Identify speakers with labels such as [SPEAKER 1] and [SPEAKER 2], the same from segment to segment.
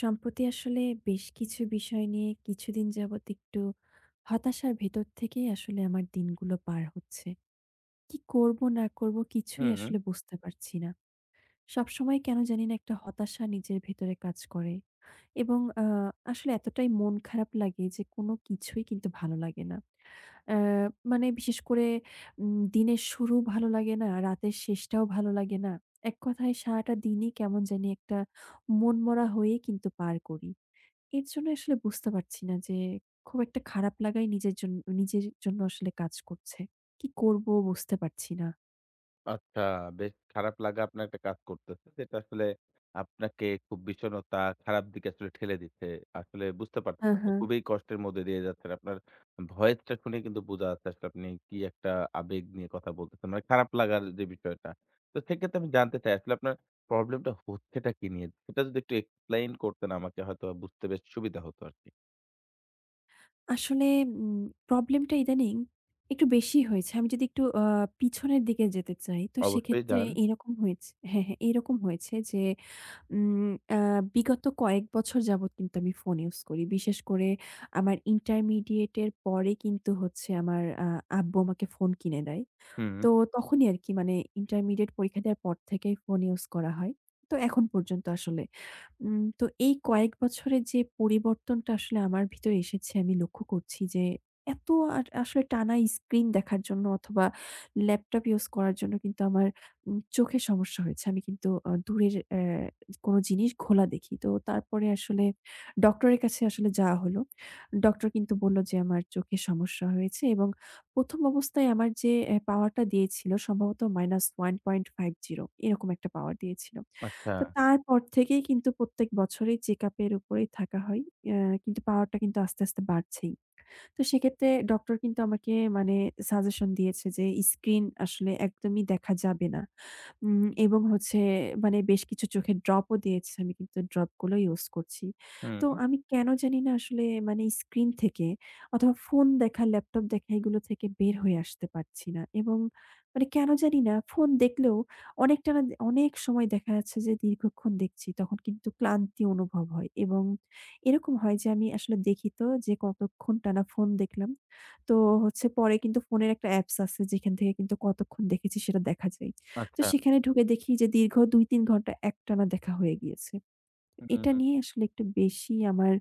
[SPEAKER 1] সম্প্রতি আসলে বেশ কিছু বিষয় নিয়ে কিছুদিন যাবৎ একটু হতাশার ভেতর থেকেই আসলে আমার দিনগুলো পার হচ্ছে। কি করব না করব কিছুই
[SPEAKER 2] হুম,
[SPEAKER 1] আসলে বুঝতে পারছি না। সবসময় কেন জানি না একটা হতাশা নিজের ভেতরে কাজ করে। এবং আসলে এতটাই মন খারাপ লাগে যে কোনো কিছুই কিন্তু ভালো লাগে না। অ্যা মানে বিশেষ করে দিনের শুরু ভালো লাগে না, রাতের শেষটাও ভালো লাগে না। এক কথায় সারাটা দিনই কেমন জানি একটা মনমরা হয়েই কিন্তু পার করি। এর জন্য আসলে বুঝতে পারছি না যে খুব একটা খারাপ লাগাই নিজের জন্য আসলে কাজ করছে। কি করব বুঝতে পারছি না।
[SPEAKER 2] আচ্ছা, বেশ খারাপ লাগা আপনার একটা কাজ করতেছে। যেটা আসলে আপনাকে খুব বিষণ্ণতা, খারাপ দিকে আসলে ঠেলে দিচ্ছে। আসলে বুঝতে পারতেছি
[SPEAKER 1] হ্যাঁ,
[SPEAKER 2] আপনি
[SPEAKER 1] হ্যাঁ।
[SPEAKER 2] খুবই কষ্টের মধ্যে দিয়ে যাচ্ছেন। আপনার ভয়েসটা শুনে কিন্তু বোঝা যাচ্ছে আসলে আপনি কি একটা আবেগ নিয়ে কথা বলতেছেন। মানে খারাপ লাগার যে বিষয়টা। তো সেক্ষেত্রে আমি জানতে চাই আসলে আপনার প্রবলেমটা হচ্ছেটা কি নিয়ে? সেটা যদি একটু এক্সপ্লেইন করতেন আমাকে হয়তো বুঝতে বেশ সুবিধা হতো আরকি।
[SPEAKER 1] আসলে উম প্রবলেমটা ইদানিং একটু বেশি হয়েছে। আমি যদি একটু পিছনের দিকে যেতে চাই, তো
[SPEAKER 2] অবশ্যই
[SPEAKER 1] সেক্ষেত্রে
[SPEAKER 2] যান।
[SPEAKER 1] এরকম হয়েছে, হ্যাঁ, হ্যাঁ, এরকম হয়েছে যে উম আ বিগত কয়েক বছর যাবৎ কিন্তু আমি ফোন ইউজ করি। বিশেষ করে আমার ইন্টারমিডিয়েট এর পরে কিন্তু হচ্ছে আমার আব্বু আমাকে ফোন কিনে দেয়।
[SPEAKER 2] হুম,
[SPEAKER 1] তো তখনই আরকি মানে ইন্টারমিডিয়েট পরীক্ষা দেওয়ার পর থেকেই ফোন ইউজ করা হয়। তো এখন পর্যন্ত আসলে। তো এই কয়েক বছরে যে পরিবর্তনটা আসলে আমার ভিতরে এসেছে আমি লক্ষ্য করছি যে এত আর আসলে টানা স্ক্রিন দেখার জন্য অথবা ল্যাপটপ ইউজ করার জন্য কিন্তু আমার চোখে সমস্যা হয়েছে। আমি কিন্তু দূরের কোনো জিনিস ঘোলা দেখি। তো তারপরে আসলে ডক্টরের কাছে আসলে যাওয়া হলো। ডক্টর কিন্তু বলল যে আমার চোখে সমস্যা হয়েছে এবং ১ম অবস্থায় আমার যে পাওয়ারটা দিয়েছিল সম্ভবত -1.50 এরকম একটা পাওয়ার দিয়েছিল।
[SPEAKER 2] আচ্ছা,
[SPEAKER 1] তো তারপর থেকেই কিন্তু প্রত্যেক বছরেই চেকআপ এর উপরেই থাকা হয়। অ্যা কিন্তু পাওয়ারটা কিন্তু আস্তে, আস্তে বাড়ছেই। তো সেক্ষেত্রে ডক্টর কিন্তু আমাকে মানে সাজেশন দিয়েছে যে স্ক্রিন আসলে একদমই দেখা যাবে না। এবং হচ্ছে মানে বেশ কিছু চোখের ড্রপও দিয়েছে। আমি কিন্তু ড্রপগুলো ইউজ করছি। তো
[SPEAKER 2] হুম,
[SPEAKER 1] আমি কেন জানি না আসলে মানে স্ক্রিন থেকে অথবা ফোন দেখা, ল্যাপটপ দেখা এগুলো থেকে বের হয়ে আসতে পারছি না। এবং মানে কেন জানি না ফোন দেখলেও অনেকটা না অনেক সময় দেখা যাচ্ছে যে দীর্ঘক্ষণ দেখছি তখন কিন্তু ক্লান্তি অনুভব হয়। এবং এরকম হয় যে আমি আসলে দেখি তো যে কতক্ষণ টানা ফোন দেখলাম। তো হচ্ছে পরে কিন্তু ফোনের একটা অ্যাপস আছে যেখান থেকে কিন্তু কতক্ষণ দেখেছি সেটা দেখা যায়। তো
[SPEAKER 2] আচ্ছা,
[SPEAKER 1] সেখানে ঢুকে দেখি যে দীর্ঘ ২-৩ ঘন্টা একটানা দেখা হয়ে গিয়েছে। এটা নিয়ে
[SPEAKER 2] হুম।
[SPEAKER 1] আসলে একটু বেশি আমার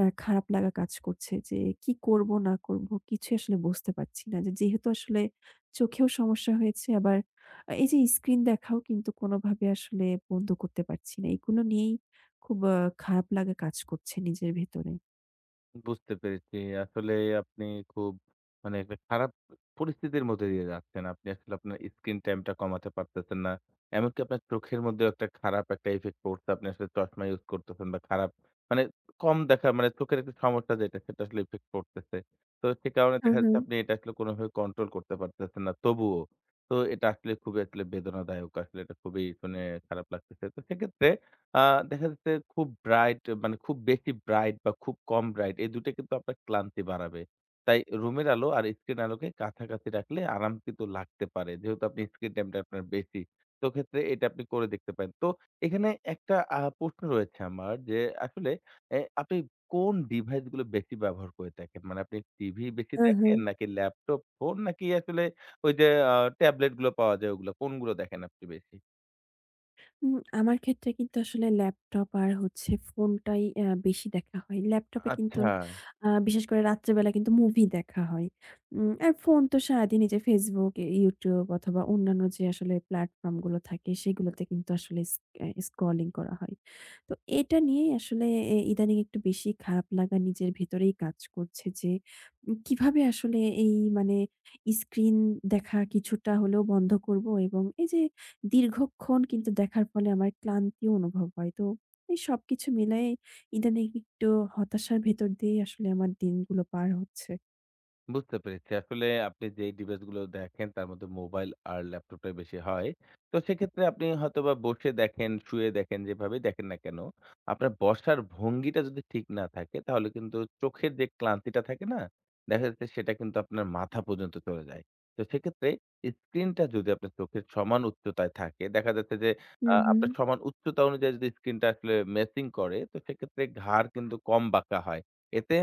[SPEAKER 1] খারাপ লাগা কাজ করছে যে কি করব না করব কিছুই আসলে বুঝতে পারছি না। যে যেহেতু আসলে চোখেও সমস্যা হয়েছে আবার এই যে স্ক্রিন দেখাও কিন্তু কোনোভাবে আসলে বন্ধ করতে পারছি না। এগুলো নিয়েই খুব খারাপ লাগা কাজ করছে নিজের ভেতরে।
[SPEAKER 2] বুঝতে পেরেছি। আসলে আপনি খুব মানে একটা খারাপ পরিস্থিতির মধ্যে দিয়ে যাচ্ছেন। আপনি আসলে আপনার স্ক্রিন টাইমটা কমাতে পারতেছেন না। এমনকি আপনার চোখের মধ্যেও একটা খারাপ একটা ইফেক্ট পড়ছে। আপনি আসলে চশমা ইউজ করতেছেন বা খারাপ মানে কম দেখা মানে চোখের একটা সমস্যা যেটা সেটা আসলে ইফেক্ট পড়তেছে। তো সে কারণে
[SPEAKER 1] হু,
[SPEAKER 2] দেখা
[SPEAKER 1] হু,
[SPEAKER 2] যাচ্ছে আপনি এটা আসলে কোনোভাবে কন্ট্রোল করতে পারতেছেন না তবুও। তো এটা আসলে খুবই আসলে বেদনাদায়ক। আসলে এটা খুবই শুনে খারাপ লাগতেছে। তো সেক্ষেত্রে আ দেখা যাচ্ছে খুব ব্রাইট মানে খুব বেশি ব্রাইট বা খুব কম ব্রাইট এই ২ টা কিন্তু আপনার ক্লান্তি বাড়াবে। তাই রুমের আলো আর স্ক্রিন আলোকে কাছাকাছি রাখলে আরাম কিন্তু লাগতে পারে। যেহেতু আপনি স্ক্রিন টাইমটা আপনার বেশি। তো ক্ষেত্রে এটা আপনি করে দেখতে পারেন। তো এখানে একটা প্রশ্ন রয়েছে আমার যে আসলে আপনি কোন ডিভাইস গুলো বেশি ব্যবহার করে থাকেন? মানে আপনি টিভি বেশি
[SPEAKER 1] হু, হু।
[SPEAKER 2] দেখেন নাকি ল্যাপটপ, ফোন নাকি আসলে ওই যে আ ট্যাবলেট গুলো পাওয়া যায় ওগুলো কোনগুলো দেখেন আপনি বেশি?
[SPEAKER 1] আমার ক্ষেত্রে কিন্তু আসলে ল্যাপটপ আর হচ্ছে ফোনটাই বেশি দেখা হয়। ল্যাপটপে কিন্তু
[SPEAKER 2] আচ্ছা।
[SPEAKER 1] বিশেষ করে রাত্রেবেলা কিন্তু মুভি দেখা হয়। আর ফোন তো সারাদিন এই যে Facebook, YouTube অথবা অন্যান্য যে আসলে প্ল্যাটফর্ম গুলো থাকে সেগুলোতে কিন্তু আসলে স্ক্রলিং করা হয়। তো এটা নিয়েই আসলে ইদানিং একটু বেশি খারাপ লাগা নিজের ভেতরেই কাজ করছে যে, কিভাবে আসলে এই মানে স্ক্রিন দেখা কিছুটা হলেও বন্ধ করব এবং এই যে দীর্ঘক্ষণ কিন্তু দেখার ফলে আমার ক্লান্তিও অনুভব হয়। তো এই সবকিছু মিলায়ে ইদানিং একটু হতাশার ভেতর দিয়েই আসলে আমার দিনগুলো পার হচ্ছে।
[SPEAKER 2] বুঝতে পেরেছি। আসলে আপনি যেই ডিভাইস গুলো দেখেন তার মধ্যে মোবাইল আর ল্যাপটপটাই বেশি হয়। তো সেক্ষেত্রে আপনি হয়তোবা বসে দেখেন, শুয়ে দেখেন, যেভাবেই দেখেন না কেন, আপনার বসার ভঙ্গিটা যদি ঠিক না থাকে তাহলে কিন্তু চোখের যে ক্লান্তিটা থাকে না? দেখা যাচ্ছে সেটা কিন্তু আপনার মাথা পর্যন্ত চলে যায়। তো সেক্ষেত্রে স্ক্রিনটা যদি আপনার চোখের সমান উচ্চতায় থাকে, দেখা যাচ্ছে যে
[SPEAKER 1] হু, হু,
[SPEAKER 2] আপনার সমান উচ্চতা অনুযায়ী যদি স্ক্রিনটা আসলে ম্যাচিং করে তো সেক্ষেত্রে ঘাড় কিন্তু কম বাঁকা হয়। এতে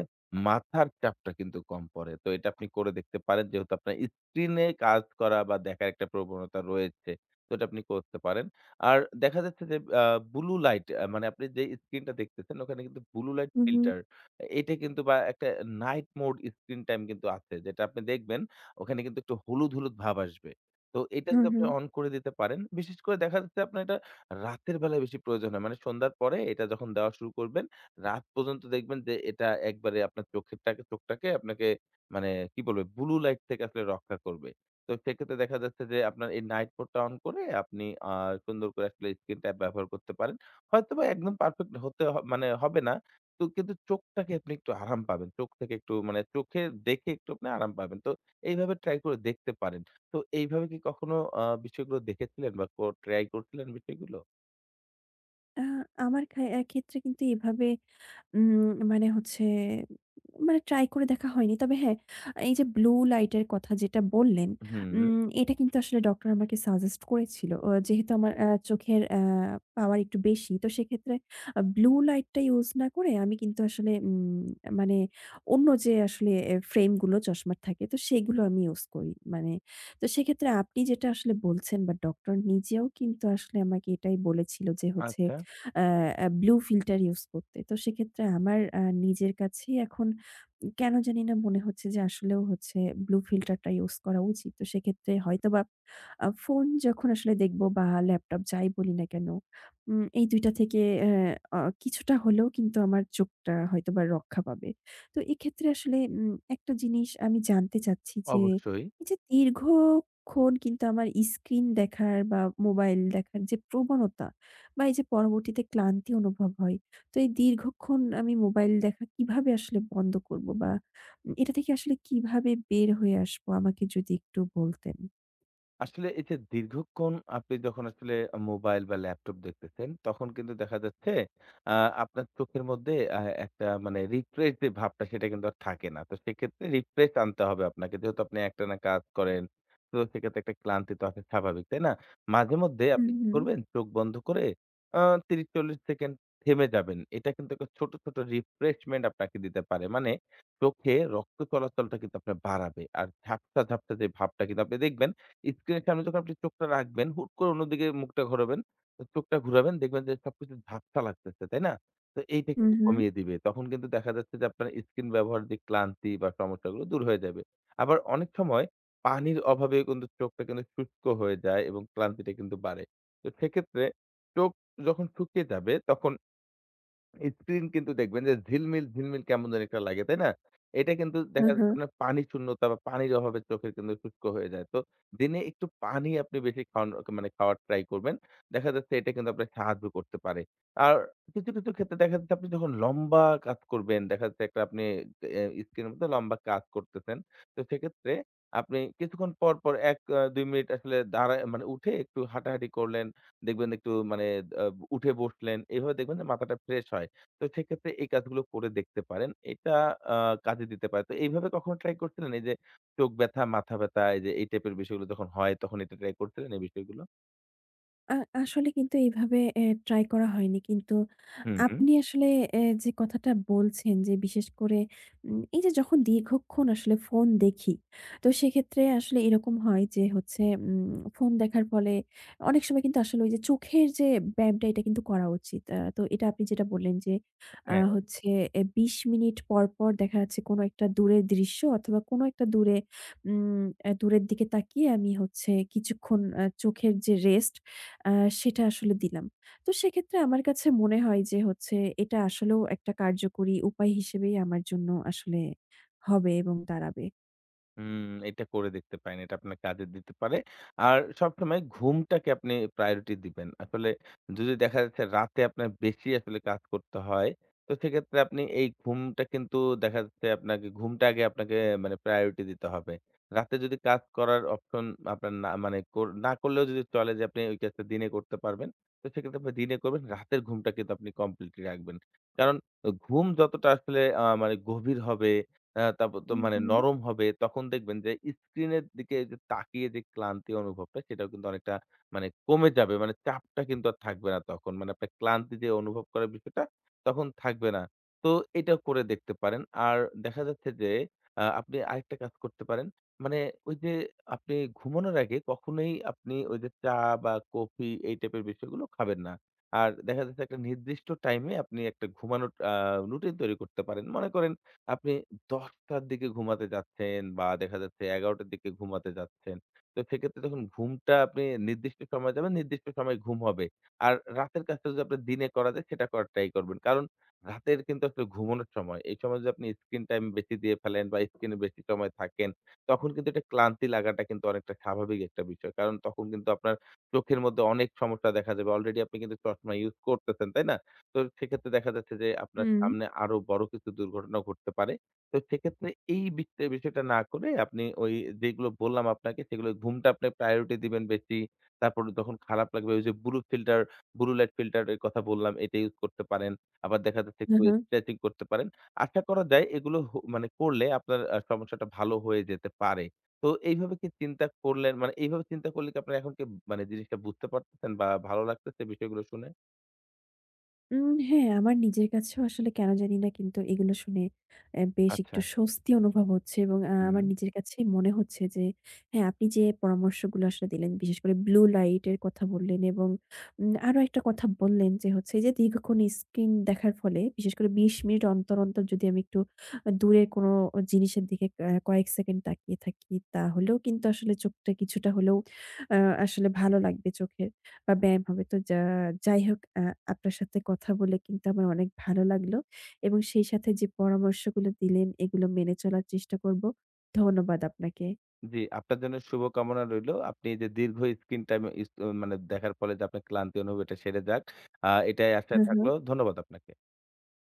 [SPEAKER 2] মাথার চাপটা কিন্তু কম পড়ে। তো এটা আপনি করে দেখতে পারেন। যেহেতু আপনার স্ক্রিনে কাজ করা বা দেখার একটা প্রবণতা রয়েছে। তো এটা আপনি করতে পারেন। আর দেখা যাচ্ছে যে ব্লু লাইট মানে আপনি যে স্ক্রিনটা দেখতেছেন ওখানে কিন্তু ব্লু লাইট
[SPEAKER 1] হু, হু,
[SPEAKER 2] ফিল্টার এটা কিন্তু বা একটা নাইট মোড স্ক্রিন টাইম কিন্তু আছে। যেটা আপনি দেখবেন ওখানে কিন্তু একটু হলুদ, হলুদ ভাব আসবে। তো এটা
[SPEAKER 1] হু,
[SPEAKER 2] যদি
[SPEAKER 1] হু।
[SPEAKER 2] আপনি অন করে দিতে পারেন, বিশেষ করে দেখা যাচ্ছে আপনার এটা রাতের বেলায় বেশি প্রয়োজন হয়। মানে সন্ধ্যার পরে এটা যখন দেওয়া শুরু করবেন রাত পর্যন্ত দেখবেন যে এটা একবারে আপনার চোখটাকে আপনাকে মানে কি বলবে ব্লু লাইট থেকে আসলে রক্ষা করবে। তো সেক্ষেত্রে দেখা যাচ্ছে যে আপনার এই নাইট মোডটা অন করে আপনি আ সুন্দর করে আসলে স্ক্রিন টাইম ব্যবহার করতে পারেন। হয়তোবা একদম পারফেক্ট হতে মানে হবে না। তো কিন্তু চোখটাকে আপনি একটু আরাম পাবেন। চোখ থেকে একটু মানে চোখে দেখে একটু আপনি আরাম পাবেন। তো এইভাবে ট্রাই করে দেখতে পারেন। তো এইভাবে কি কখনো বিষয়গুলো দেখেছিলেন বা ট্রাই করছিলেন বিষয়গুলো?
[SPEAKER 1] আ আমার ক্ষেত্রে কিন্তু এভাবে উম মানে হচ্ছে মানে ট্রাই করে দেখা হয়নি। তবে হ্যাঁ, এই যে ব্লু লাইট এর কথা যেটা বললেন,
[SPEAKER 2] হুম,
[SPEAKER 1] এটা কিন্তু আসলে ডক্টর আমাকে সাজেস্ট করেছিল। যেহেতু আমার চোখের পাওয়ার একটু বেশি। তো সেক্ষেত্রে ব্লু লাইটটা ইউজ না করে আমি কিন্তু আসলে মানে অন্য যে আসলে ফ্রেম গুলো চশমার থাকে তো সেগুলো আমি ইউজ করি। মানে তো সেক্ষেত্রে আপনি যেটা আসলে বলছেন বা ডক্টর নিজেও কিন্তু আসলে আমাকে এটাই বলেছিল যে হচ্ছে
[SPEAKER 2] আচ্ছা,
[SPEAKER 1] আ আ ব্লু ফিল্টার ইউস করতে। তো সেক্ষেত্রে আমার নিজের কাছেই এখন কেন জানি না মনে হচ্ছে যে আসলেও হচ্ছে ব্লু ফিল্টারটা ইউস করা উচিত। তো সেক্ষেত্রে হয়তোবা ফোন যখন আসলে দেখব বা ল্যাপটপ যাই বলি না কেন, এই ২ টা থেকে অ্যা অ কিছুটা হলেও কিন্তু আমার চোখটা হয়তোবা রক্ষা পাবে। তো এক্ষেত্রে আসলে একটা জিনিস আমি জানতে চাচ্ছি যে,
[SPEAKER 2] অবশ্যই।
[SPEAKER 1] এই যে দীর্ঘক্ষণ কিন্তু আমার স্ক্রিন দেখার বা মোবাইল দেখার যে প্রবণতা বা এই যে পরবর্তীতে ক্লান্তি অনুভব হয়। তো এই দীর্ঘক্ষণ আমি মোবাইল দেখা কিভাবে আসলে বন্ধ করব? বা এটা থেকে আসলে কিভাবে বের হয়ে আসবো আমাকে যদি একটু বলতেন?
[SPEAKER 2] আসলে এই যে দীর্ঘক্ষণ আপনি যখন আসলে মোবাইল বা ল্যাপটপ দেখতেছেন, তখন কিন্তু দেখা যাচ্ছে আ আপনার চোখের মধ্যে একটা মানে রিফ্রেশ যে ভাবটা সেটা কিন্তু আর থাকে না। তো সেক্ষেত্রে রিফ্রেশ আনতে হবে আপনাকে। যেহেতু আপনি একটানা কাজ করেন, তো সেক্ষেত্রে একটা ক্লান্তি তো আসা স্বাভাবিক, তাই না? মাঝে মধ্যে
[SPEAKER 1] হুম,
[SPEAKER 2] আপনি কি
[SPEAKER 1] হুম।
[SPEAKER 2] করবেন চোখ বন্ধ করে আ ৩০-৪০ সেকেন্ড থেমে যাবেন। এটা কিন্তু একটা ছোট, ছোট রিফ্রেশমেন্ট আপনাকে দিতে পারে। মানে চোখে রক্ত চলাচলটা কিন্তু আপনার বাড়াবে। আর ঝাপসা, ঝাপসা যে ভাবটা কিন্তু আপনি দেখবেন স্ক্রিনের সামনে যখন আপনি চোখটা রাখবেন, হুট করে অন্যদিকে মুখটা ঘোরাবেন। তো চোখটা ঘুরাবেন দেখবেন যে সবকিছু ঝাপসা লাগতেছে, তাই না? তো এইটা
[SPEAKER 1] হুম,
[SPEAKER 2] কিন্তু
[SPEAKER 1] হুম।
[SPEAKER 2] কমিয়ে দিবে। তখন কিন্তু দেখা যাচ্ছে যে আপনার স্ক্রিন ব্যবহারের যে ক্লান্তি বা সমস্যাগুলো দূর হয়ে যাবে। আবার অনেক সময় পানির অভাবে কিন্তু চোখটা কিন্তু শুষ্ক হয়ে যায় এবং ক্লান্তিটা কিন্তু বাড়ে। তো সেক্ষেত্রে চোখ যখন শুকিয়ে যাবে তখন স্ক্রিন কিন্তু দেখবেন যে ঝিলমিল, ঝিলমিল কেমন জানি একটা লাগে, তাই না? এটা কিন্তু
[SPEAKER 1] হু,
[SPEAKER 2] দেখা
[SPEAKER 1] হু।
[SPEAKER 2] যাচ্ছে আপনার পানি শূন্যতা বা পানির অভাবে চোখের কিন্তু শুষ্ক হয়ে যায়। তো দিনে একটু পানি আপনি বেশি খাওয়ানো মানে খাওয়ার ট্রাই করবেন। দেখা যাচ্ছে এটা কিন্তু আপনার সাহায্য করতে পারে। আর কিছু, কিছু ক্ষেত্রে দেখা যাচ্ছে আপনি যখন লম্বা কাজ করবেন, দেখা যাচ্ছে একটা আপনি এ স্ক্রিনের মধ্যে লম্বা কাজ করতেছেন। তো সেক্ষেত্রে আপনি কিছুক্ষণ পর, পর ১ ২ মিনিট আসলে দাঁড়ায় মানে উঠে একটু হাঁটাহাঁটি করলেন। দেখবেন একটু মানে আ উঠে বসলেন। এভাবে দেখবেন যে মাথাটা ফ্রেশ হয়। তো সেক্ষেত্রে এই কাজগুলো করে দেখতে পারেন। এটা আ কাজে দিতে পারে। তো এইভাবে কখনো ট্রাই করছিলেন? এই যে চোখ ব্যথা, মাথা ব্যথা এই যে এই টাইপের বিষয়গুলো যখন হয় তখন এটা ট্রাই করছিলেন এই বিষয়গুলো?
[SPEAKER 1] আ আসলে কিন্তু এইভাবে ট্রাই করা হয়নি। কিন্তু
[SPEAKER 2] হুম। হুম।
[SPEAKER 1] আপনি আসলে যে কথাটা বলছেন যে বিশেষ করে এই যে যখন দীর্ঘক্ষণ আসলে ফোন দেখি, তো সেক্ষেত্রে আসলে এরকম হয় যে হচ্ছে ফোন দেখার ফলে অনেক সময় কিন্তু আসলে ওই যে চোখের যে ব্যায়ামটা এটা কিন্তু করা উচিত। তো এটা আপনি যেটা বললেন যে হচ্ছে ২০ মিনিট পর, পর দেখা যাচ্ছে কোনো একটা দূরের দৃশ্য অথবা কোনো একটা দূরে উম আ দূরের দিকে তাকিয়ে আমি হচ্ছে কিছুক্ষণ চোখের যে রেস্ট আ সেটা আসলে দিলাম। তো সেক্ষেত্রে আমার কাছে মনে হয় যে হচ্ছে এটা আসলেও একটা কার্যকরী উপায় হিসেবেই আমার জন্য আসলে হবে এবং দাঁড়াবে।
[SPEAKER 2] হুম, এটা করে দেখতে পারেন। এটা আপনার কাজে দিতে পারে। আর সবসময় ঘুমটাকে আপনি প্রায়োরিটি দিবেন। আসলে যদি দেখা যাচ্ছে রাতে আপনার বেশি আসলে কাজ করতে হয়, তো সেক্ষেত্রে আপনি এই ঘুমটা কিন্তু দেখা যাচ্ছে আপনাকে ঘুমটা আগে আপনাকে মানে প্রায়োরিটি দিতে হবে। রাতে যদি কাজ করার অপশন আপনার না মানে না করলেও যদি চলে যে আপনি ওই কাজটা দিনে করতে পারবেন, তো সেক্ষেত্রে আপনি দিনে করবেন। রাতের ঘুমটা কিন্তু আপনি কমপ্লিটলি রাখবেন। কারণ ঘুম যতটা আসলে মানে গভীর হবে তারপর তো
[SPEAKER 1] হু,
[SPEAKER 2] মানে
[SPEAKER 1] হু।
[SPEAKER 2] নরম হবে তখন দেখবেন যে স্ক্রিনের দিকে যে তাকিয়ে যে ক্লান্তি অনুভবটা সেটাও কিন্তু অনেকটা মানে কমে যাবে। মানে চাপটা কিন্তু আর থাকবে না তখন। মানে আপনার ক্লান্তি যে অনুভব করার বিষয়টা তখন থাকবে না। তো এটা করে দেখতে পারেন। আর দেখা যাচ্ছে যে আপনি আরেকটা কাজ করতে পারেন। মানে ওই যে আপনি ঘুমানোর আগে কখনোই আপনি ওই যে চা বা কফি এই টাইপের বিষয়গুলো খাবেন না। আর দেখা যাচ্ছে একটা নির্দিষ্ট টাইমে আপনি একটা ঘুমানোর রুটিন তৈরি করতে পারেন। মনে করেন আপনি ১০টার দিকে ঘুমাতে যাচ্ছেন বা দেখা যাচ্ছে ১১টার দিকে ঘুমাতে যাচ্ছেন। তো সেক্ষেত্রে যখন ঘুমটা আপনি নির্দিষ্ট সময়ে যাবেন, নির্দিষ্ট সময়ে ঘুম হবে। আর রাতের কাজটা যদি আপনার দিনে করা যায় সেটা করার ট্রাই করবেন। কারণ রাতের কিন্তু আসলে ঘুমানোর সময়। এই সময় যদি আপনি স্ক্রিন টাইম বেশি দিয়ে ফেলেন বা স্ক্রিনে বেশি সময় থাকেন, তখন কিন্তু এটা ক্লান্তি লাগাটা কিন্তু অনেকটা স্বাভাবিক একটা বিষয়। কারণ তখন কিন্তু আপনার চোখের মধ্যে অনেক সমস্যা দেখা যাবে। অলরেডি আপনি কিন্তু চশমা ইউজ করতেছেন, তাই না? তো সেক্ষেত্রে দেখা যাচ্ছে যে আপনার
[SPEAKER 1] হুম।
[SPEAKER 2] সামনে আরো বড় কিছু দুর্ঘটনা ঘটতে পারে। তো সেক্ষেত্রে এই বিষয়টা না করে আপনি ওই যেগুলো বললাম আপনাকে সেগুলো ঘুমটা আপনি প্রায়োরিটি দিবেন বেশি। তারপর যখন খারাপ লাগবে ওই যে blue filter, blue light filter এর কথা বললাম এটা ইউজ করতে পারেন। আবার দেখা যাচ্ছে
[SPEAKER 1] হু,
[SPEAKER 2] একটু
[SPEAKER 1] হু।
[SPEAKER 2] স্ট্রেচিং করতে পারেন। আশা করা যায় এগুলো মানে করলে আপনার সমস্যাটা ভালো হয়ে যেতে পারে। তো এইভাবে কি চিন্তা করলেন মানে এইভাবে চিন্তা করলে কি আপনার এখন কি মানে জিনিসটা বুঝতে পারতেছেন বা ভালো লাগতেছে বিষয়গুলো শুনে?
[SPEAKER 1] হ্যাঁ, আমার নিজের কাছেও আসলে কেন জানি না কিন্তু এগুলো শুনে বেশ
[SPEAKER 2] আচ্ছা,
[SPEAKER 1] একটু স্বস্তি অনুভব হচ্ছে এবং
[SPEAKER 2] হুম।
[SPEAKER 1] আমার নিজের কাছেই মনে হচ্ছে যে হ্যাঁ, আপনি যে পরামর্শগুলো আসলে দিলেন বিশেষ করে ব্লু লাইট এর কথা বললেন এবং আরো একটা কথা বললেন যে হচ্ছে যে দীর্ঘক্ষণ স্ক্রিন দেখার ফলে বিশেষ করে ২০ মিনিট অন্তর, অন্তর যদি আমি একটু দূরে কোনো জিনিসের দিকে কয়েক সেকেন্ড তাকিয়ে থাকি তাহলেও কিন্তু আসলে চোখটা কিছুটা হলেও আ আসলে ভালো লাগবে চোখের। বা ব্যায়াম হবে। তো যাই হোক আপনার সাথে কথা বলে কিন্তু আমার অনেক ভালো লাগলো এবং সেই সাথে যে পরামর্শগুলো দিলেন এগুলো মেনে চলার চেষ্টা করব। ধন্যবাদ আপনাকে।
[SPEAKER 2] জি, আপনার জন্য শুভকামনা রইলো। আপনি এই যে দীর্ঘ স্ক্রিন টাইম মানে দেখার ফলে যে আপনার ক্লান্তি অনুভব এটা সেরে যাক। এটাই আশায় থাকলো। ধন্যবাদ আপনাকে।